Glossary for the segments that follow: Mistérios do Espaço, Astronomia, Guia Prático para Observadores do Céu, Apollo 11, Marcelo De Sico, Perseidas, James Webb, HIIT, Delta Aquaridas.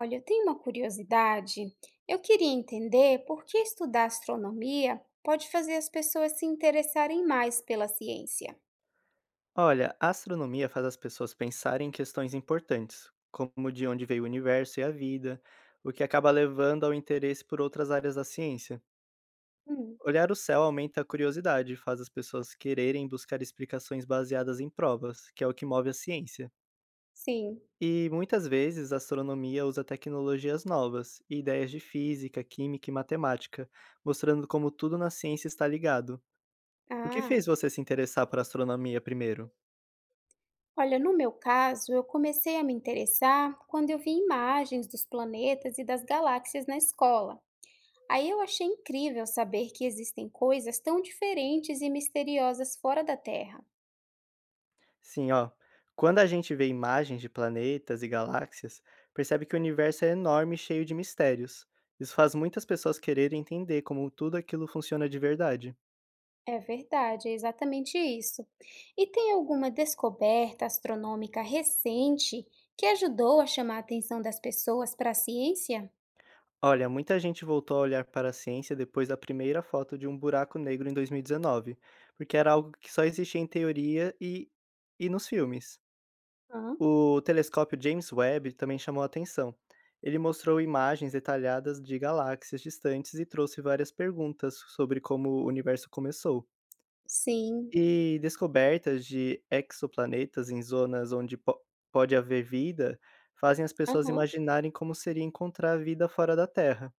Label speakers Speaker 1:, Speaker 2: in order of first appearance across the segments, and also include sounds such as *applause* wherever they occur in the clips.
Speaker 1: Olha, eu tenho uma curiosidade. Eu queria entender por que estudar astronomia pode fazer as pessoas se interessarem mais pela ciência.
Speaker 2: Olha, a astronomia faz as pessoas pensarem em questões importantes, como de onde veio o universo e a vida, o que acaba levando ao interesse por outras áreas da ciência.
Speaker 1: Hum,
Speaker 2: Olhar o céu aumenta a curiosidade e faz as pessoas quererem buscar explicações baseadas em provas, que é o que move a ciência.
Speaker 1: sim.
Speaker 2: E muitas vezes a astronomia usa tecnologias novas e ideias de física, química e matemática, mostrando como tudo na ciência está ligado. O que
Speaker 1: Ah,
Speaker 2: fez você se interessar por astronomia primeiro?
Speaker 1: olha, no meu caso, eu comecei a me interessar quando eu vi imagens dos planetas e das galáxias na escola. Aí eu achei incrível saber que existem coisas tão diferentes e misteriosas fora da Terra.
Speaker 2: Sim, ó. Quando a gente vê imagens de planetas e galáxias, percebe que o universo é enorme e cheio de mistérios. Isso faz muitas pessoas quererem entender como tudo aquilo funciona de verdade.
Speaker 1: É verdade, é exatamente isso. E tem alguma descoberta astronômica recente que ajudou a chamar a atenção das pessoas para a ciência?
Speaker 2: Olha, muita gente voltou a olhar para a ciência depois da primeira foto de um buraco negro em 2019, porque era algo que só existia em teoria e nos filmes.
Speaker 1: Hã?
Speaker 2: O telescópio James Webb também chamou a atenção. Ele mostrou imagens detalhadas de galáxias distantes e trouxe várias perguntas sobre como o universo começou.
Speaker 1: Sim,
Speaker 2: E descobertas de exoplanetas em zonas onde pode haver vida fazem as pessoas
Speaker 1: aham,
Speaker 2: imaginarem como seria encontrar vida fora da Terra.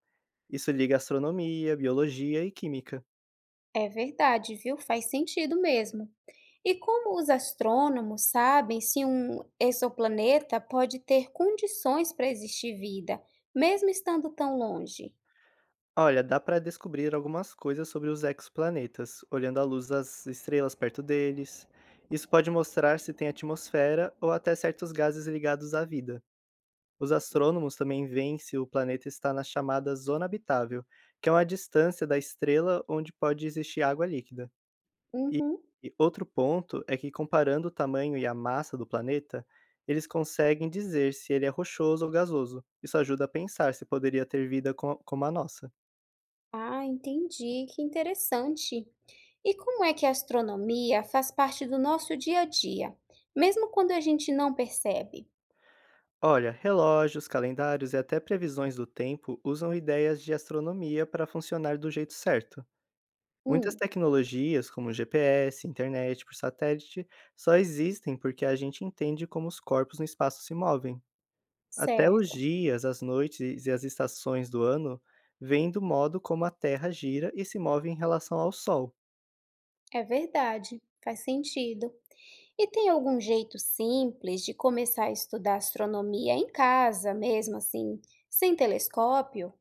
Speaker 2: Isso liga astronomia, biologia e química.
Speaker 1: é verdade, viu? Faz sentido mesmo. E como os astrônomos sabem se um exoplaneta pode ter condições para existir vida, mesmo estando tão longe?
Speaker 2: Olha, dá para descobrir algumas coisas sobre os exoplanetas, olhando a luz das estrelas perto deles. Isso pode mostrar se tem atmosfera ou até certos gases ligados à vida. Os astrônomos também veem se o planeta está na chamada zona habitável, que é uma distância da estrela onde pode existir água líquida. E
Speaker 1: Uhum.
Speaker 2: e outro ponto é que, comparando o tamanho e a massa do planeta, eles conseguem dizer se ele é rochoso ou gasoso. Isso ajuda a pensar se poderia ter vida como a nossa.
Speaker 1: Ah, entendi, que interessante. E como é que a astronomia faz parte do nosso dia a dia, mesmo quando a gente não percebe?
Speaker 2: Olha, relógios, calendários e até previsões do tempo usam ideias de astronomia para funcionar do jeito certo. Muitas
Speaker 1: Hum,
Speaker 2: tecnologias, como GPS, internet por satélite, só existem porque a gente entende como os corpos no espaço se movem. Até os
Speaker 1: certo,
Speaker 2: dias, as noites e as estações do ano vêm do modo como a Terra gira e se move em relação ao Sol.
Speaker 1: é verdade, faz sentido. E tem algum jeito simples de começar a estudar astronomia em casa, mesmo assim, sem telescópio?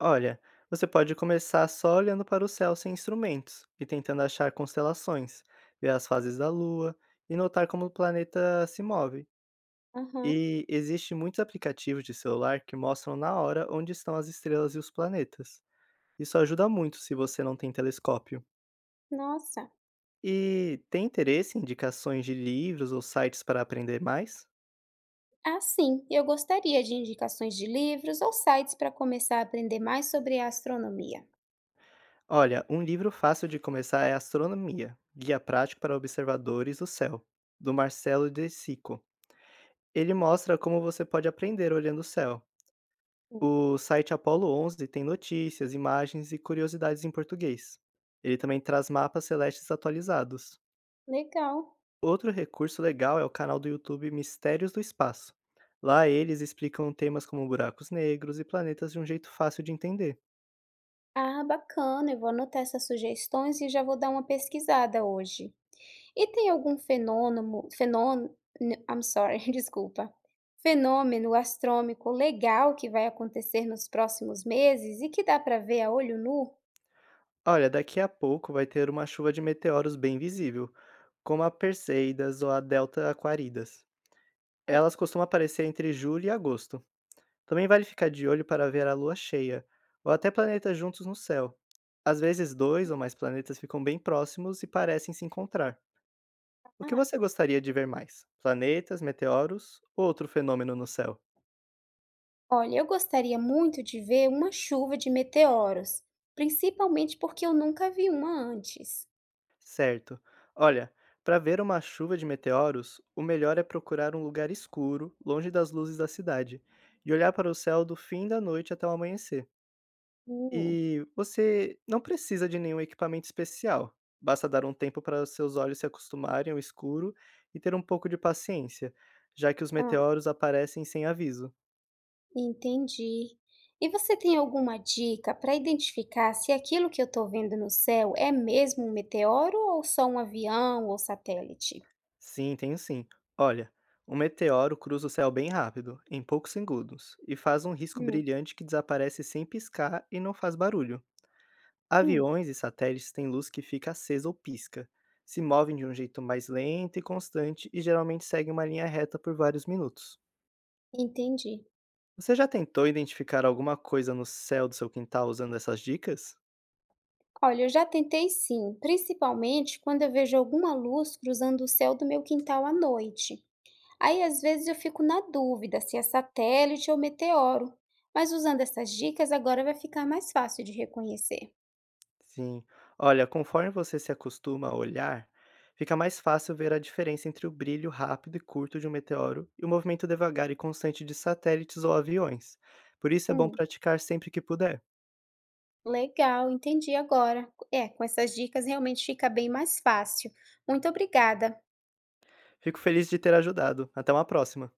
Speaker 2: Olha, você pode começar só olhando para o céu sem instrumentos e tentando achar constelações, ver as fases da Lua e notar como o planeta se move.
Speaker 1: Aham,
Speaker 2: E existem muitos aplicativos de celular que mostram na hora onde estão as estrelas e os planetas. Isso ajuda muito se você não tem telescópio.
Speaker 1: nossa.
Speaker 2: E tem interesse em indicações de livros ou sites para aprender mais?
Speaker 1: Ah, sim, eu gostaria de indicações de livros ou sites para começar a aprender mais sobre a astronomia.
Speaker 2: Olha, um livro fácil de começar é Astronomia, Guia Prático para Observadores do Céu, do Marcelo De Sico. Ele mostra como você pode aprender olhando o céu. O site Apollo 11 tem notícias, imagens e curiosidades em português. Ele também traz mapas celestes atualizados.
Speaker 1: Legal.
Speaker 2: Outro recurso legal é o canal do YouTube Mistérios do Espaço. Lá eles explicam temas como buracos negros e planetas de um jeito fácil de entender.
Speaker 1: Ah, bacana, eu vou anotar essas sugestões e já vou dar uma pesquisada hoje. E tem algum I'm sorry, *laughs* desculpa, fenômeno astrônomico legal que vai acontecer nos próximos meses e que dá para ver a olho nu?
Speaker 2: Olha, daqui a pouco vai ter uma chuva de meteoros bem visível, como a Perseidas ou a Delta Aquaridas. Elas costumam aparecer entre julho e agosto. Também vale ficar de olho para ver a lua cheia, ou até planetas juntos no céu. Às vezes, dois ou mais planetas ficam bem próximos e parecem se encontrar. O que
Speaker 1: Ah,
Speaker 2: você gostaria de ver mais? Planetas, meteoros ou outro fenômeno no céu?
Speaker 1: olha, eu gostaria muito de ver uma chuva de meteoros, principalmente porque eu nunca vi uma antes.
Speaker 2: Certo. Olha, para ver uma chuva de meteoros, o melhor é procurar um lugar escuro, longe das luzes da cidade, e olhar para o céu do fim da noite até o amanhecer.
Speaker 1: Hum,
Speaker 2: E você não precisa de nenhum equipamento especial, basta dar um tempo para seus olhos se acostumarem ao escuro e ter um pouco de paciência, já que os
Speaker 1: ah.
Speaker 2: meteoros aparecem sem aviso.
Speaker 1: Entendi. E você tem alguma dica para identificar se aquilo que eu estou vendo no céu é mesmo um meteoro ou só um avião ou satélite?
Speaker 2: Sim, tenho sim. Olha, um meteoro cruza o céu bem rápido, em poucos segundos, e faz um risco
Speaker 1: Hum,
Speaker 2: brilhante que desaparece sem piscar e não faz barulho.
Speaker 1: hum,
Speaker 2: Aviões e satélites têm luz que fica acesa ou pisca. Se movem de um jeito mais lento e constante e geralmente seguem uma linha reta por vários minutos.
Speaker 1: entendi.
Speaker 2: Você já tentou identificar alguma coisa no céu do seu quintal usando essas dicas?
Speaker 1: Olha, eu já tentei sim, principalmente quando eu vejo alguma luz cruzando o céu do meu quintal à noite. Aí às vezes eu fico na dúvida se é satélite ou meteoro, mas usando essas dicas agora vai ficar mais fácil de reconhecer.
Speaker 2: Sim. Olha, conforme você se acostuma a olhar, fica mais fácil ver a diferença entre o brilho rápido e curto de um meteoro e o movimento devagar e constante de satélites ou aviões. Por isso é bom
Speaker 1: Hum.
Speaker 2: praticar sempre que puder.
Speaker 1: Legal, entendi agora. É, com essas dicas realmente fica bem mais fácil. Muito obrigada.
Speaker 2: Fico feliz de ter ajudado. Até uma próxima!